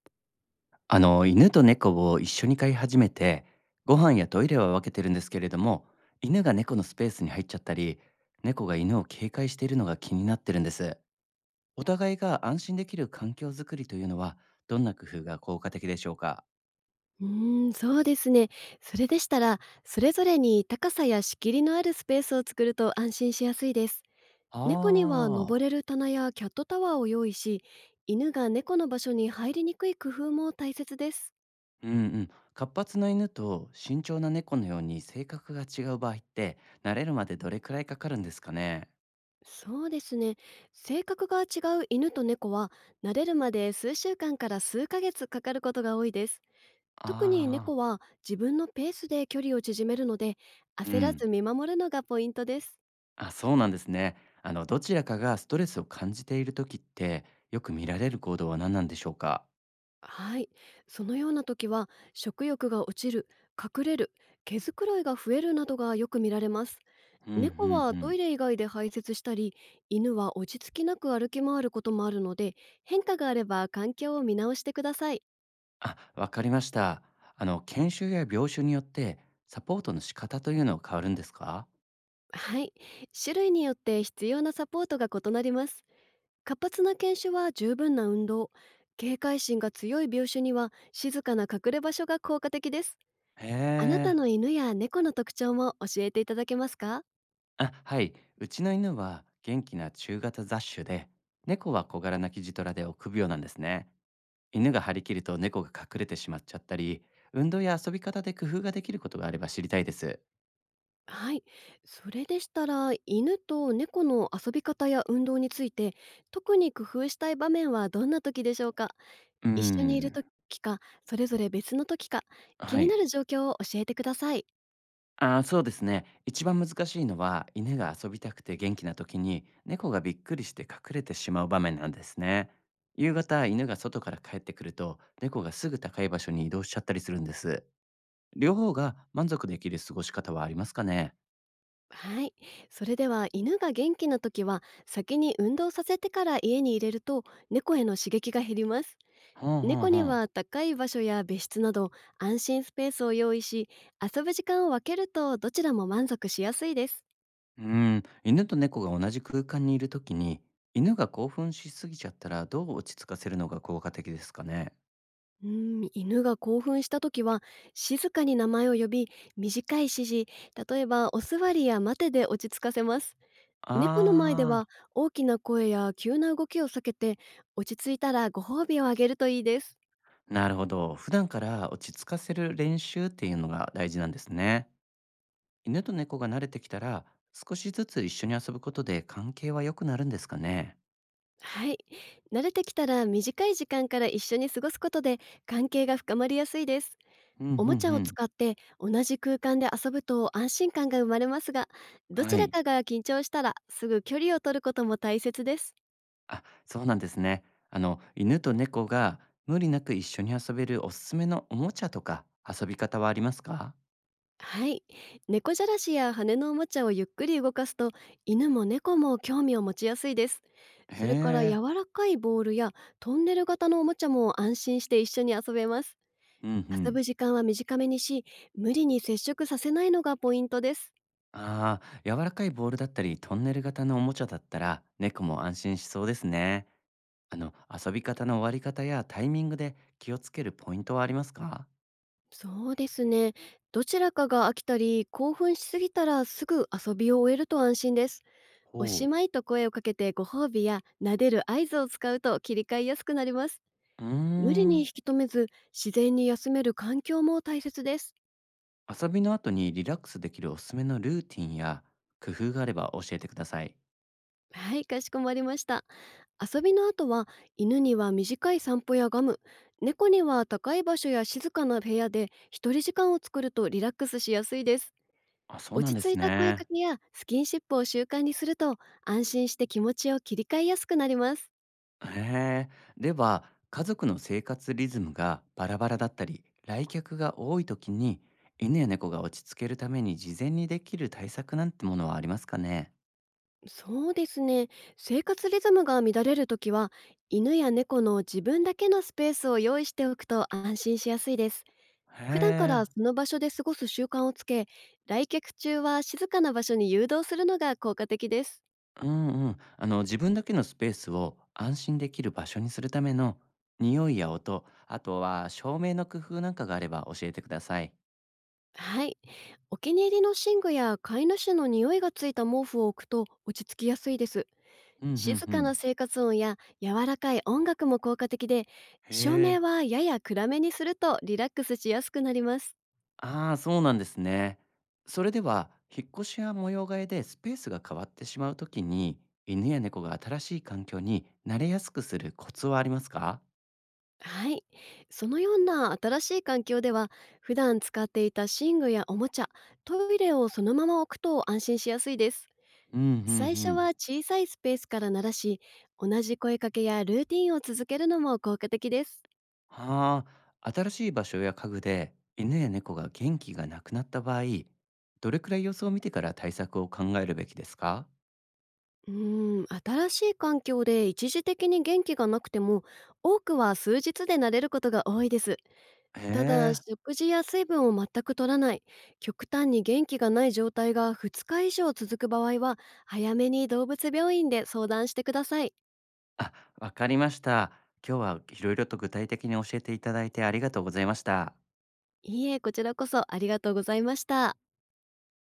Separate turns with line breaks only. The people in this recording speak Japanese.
犬と猫を一緒に飼い始めて、ご飯やトイレは分けてるんですけれども、犬が猫のスペースに入っちゃったり、猫が犬を警戒しているのが気になってるんです。お互いが安心できる環境づくりというのは、どんな工夫が効果的でしょうか？
そうですね。それでしたら、それぞれに高さや仕切りのあるスペースを作ると安心しやすいです。猫には登
ああー。
れる棚やキャットタワーを用意し、犬が猫の場所に入りにくい工夫も大切です。
うんうん。活発な犬と慎重な猫のように性格が違う場合って、慣れるまでどれくらいかかるんですかね？
そうですね。性格が違う犬と猫は、慣れるまで数週間から数ヶ月かかることが多いです。特に猫
ああ
は自分のペースで距離を縮めるので、
ー。う
焦らず
ん。
見守るのがポイントです。
あ、そうなんですね。どちらかがストレスを感じている時って、よく見られる行動は何なんでしょうか？
はい。そのような時は、食欲が落ちる、隠れる、毛づくろいが増えるなどがよく見られます。
うんうんう
猫はト
ん。
イレ以外で排泄したり、犬は落ち着きなく歩き回ることもあるので、変化があれば環境を見直してください。
あ、わかりました。研修や病種によって、サポートの仕方というのは変わるんですか？
はい。種類によって必要なサポートが異なります。活発な犬種は十分な運動、警戒心が強い病種には静かな隠れ場所が効果的です。
へ
あなた
え。
の犬や猫の特徴も教えていただけますか？
あ、はい。うちの犬は元気な中型雑種で、猫は小柄なキジトラで臆病なんですね。犬が張り切ると猫が隠れてしまっちゃったり、運動や遊び方で工夫ができることがあれば知りたいです。
はい。それでしたら、犬と猫の遊び方や運動について、特に工夫したい場面はどんな時でしょうか？
うー
一緒にいる
ん、
時か、それぞれ別の時か、気
は
に
い。
なる状況を教えてください。
ああ、そうですね。一番難しいのは、犬が遊びたくて元気な時に、猫がびっくりして隠れてしまう場面なんですね。夕方、犬が外から帰ってくると、猫がすぐ高い場所に移動しちゃったりするんです。両方が満足できる過ごし方はありますかね？
はい。それでは、犬が元気な時は、先に運動させてから家に入れると、猫への刺激が減ります。
ほんほん
猫
ほ
に
ん。
は高い場所や別室など安心スペースを用意し、遊ぶ時間を分けるとどちらも満足しやすいです。
犬と猫が同じ空間にいる時に、犬が興奮しすぎちゃったら、どう落ち着かせるのが効果的ですかね？
うー犬が興奮した時は、静かに名前を呼び、短い指示、例えばお座りや待てで落ち着かせます。猫の前で
ああ
は
ー。
大きな声や急な動きを避けて、落ち着いたらご褒美をあげるといいです。
なるほど。普段から落ち着かせる練習っていうのが大事なんですね。犬と猫が慣れてきたら、少しずつ一緒に遊ぶことで関係は良くなるんですかね？
はい。慣れてきたら短い時間から一緒に過ごすことで関係が深まりやすいです。
うんうんう
おもちゃを使
ん。
って同じ空間で遊ぶと安心感が生まれますが、ど
は
ちら
い。
かが緊張したらすぐ距離を取ることも大切です。
あ、そうなんですね。犬と猫が無理なく一緒に遊べるおすすめのおもちゃとか遊び方はありますか？
はい。猫じゃらしや羽のおもちゃをゆっくり動かすと、犬も猫も興味を持ちやすいです。
へ
それから
え。
柔らかいボールやトンネル型のおもちゃも安心して一緒に遊べます。
うんう
遊
ん。
ぶ時間は短めにし、無理に接触させないのがポイントです。
ああ、柔らかいボールだったり、トンネル型のおもちゃだったら、猫も安心しそうですね。あの、遊び方の終わり方やタイミングで気をつけるポイントはありますか？
そうですね。どちらかが飽きたり、興奮しすぎたらすぐ遊びを終えると安心です。お
ほ
し
う。
まいと声をかけてご褒美や撫でる合図を使うと切り替えやすくなります。
うー
無理に
ん。
引き止めず、自然に休める環境も大切です。
遊びの後にリラックスできるおすすめのルーティンや工夫があれば教えてください。
はい、かしこまりました。遊びの後は、犬には短い散歩やガム、猫には高い場所や静かな部屋で一人時間を作るとリラックスしやすいです。
あ、そうなん
落ち
で
着
す
いた声か
ね。
けやスキンシップを習慣にすると、安心して気持ちを切り替えやすくなります。
へえ。では、家族の生活リズムがバラバラだったり、来客が多い時に、犬や猫が落ち着けるために事前にできる対策なんてものはありますかね？
そうですね。生活リズムが乱れるときは、犬や猫の自分だけのスペースを用意しておくと安心しやすいです。
へ
普段から
え。
その場所で過ごす習慣をつけ、来客中は静かな場所に誘導するのが効果的です。
うんうん。自分だけのスペースを安心できる場所にするための匂いや音、あとは照明の工夫なんかがあれば教えてください。
はい。お気に入りの寝具や飼い主の匂いがついた毛布を置くと落ち着きやすいです。
うんうん
静
う
かな
ん。
生活音や柔らかい音楽も効果的で、
へ
照明
え、
はやや暗めにするとリラックスしやすくなります。
ああ、そうなんですね。それでは、引っ越しや模様替えでスペースが変わってしまうときに、犬や猫が新しい環境に慣れやすくするコツはありますか？
はい。そのような新しい環境では、普段使っていた寝具やおもちゃ、トイレをそのまま置くと安心しやすいです。
うんうんう
最初は
ん。
小さいスペースから鳴らし、同じ声かけやルーティンを続けるのも効果的です。
はあ、新しい場所や家具で犬や猫が元気がなくなった場合、どれくらい様子を見てから対策を考えるべきですか？
新しい環境で一時的に元気がなくても、多くは数日で慣れることが多いです。
へ
ただ、
え。
食事や水分を全く取らない、極端に元気がない状態が2日以上続く場合は、早めに動物病院で相談してください。
あ、わかりました。今日はいろいろと具体的に教えていただいてありがとうございました。
いいえ、こちらこそありがとうございました。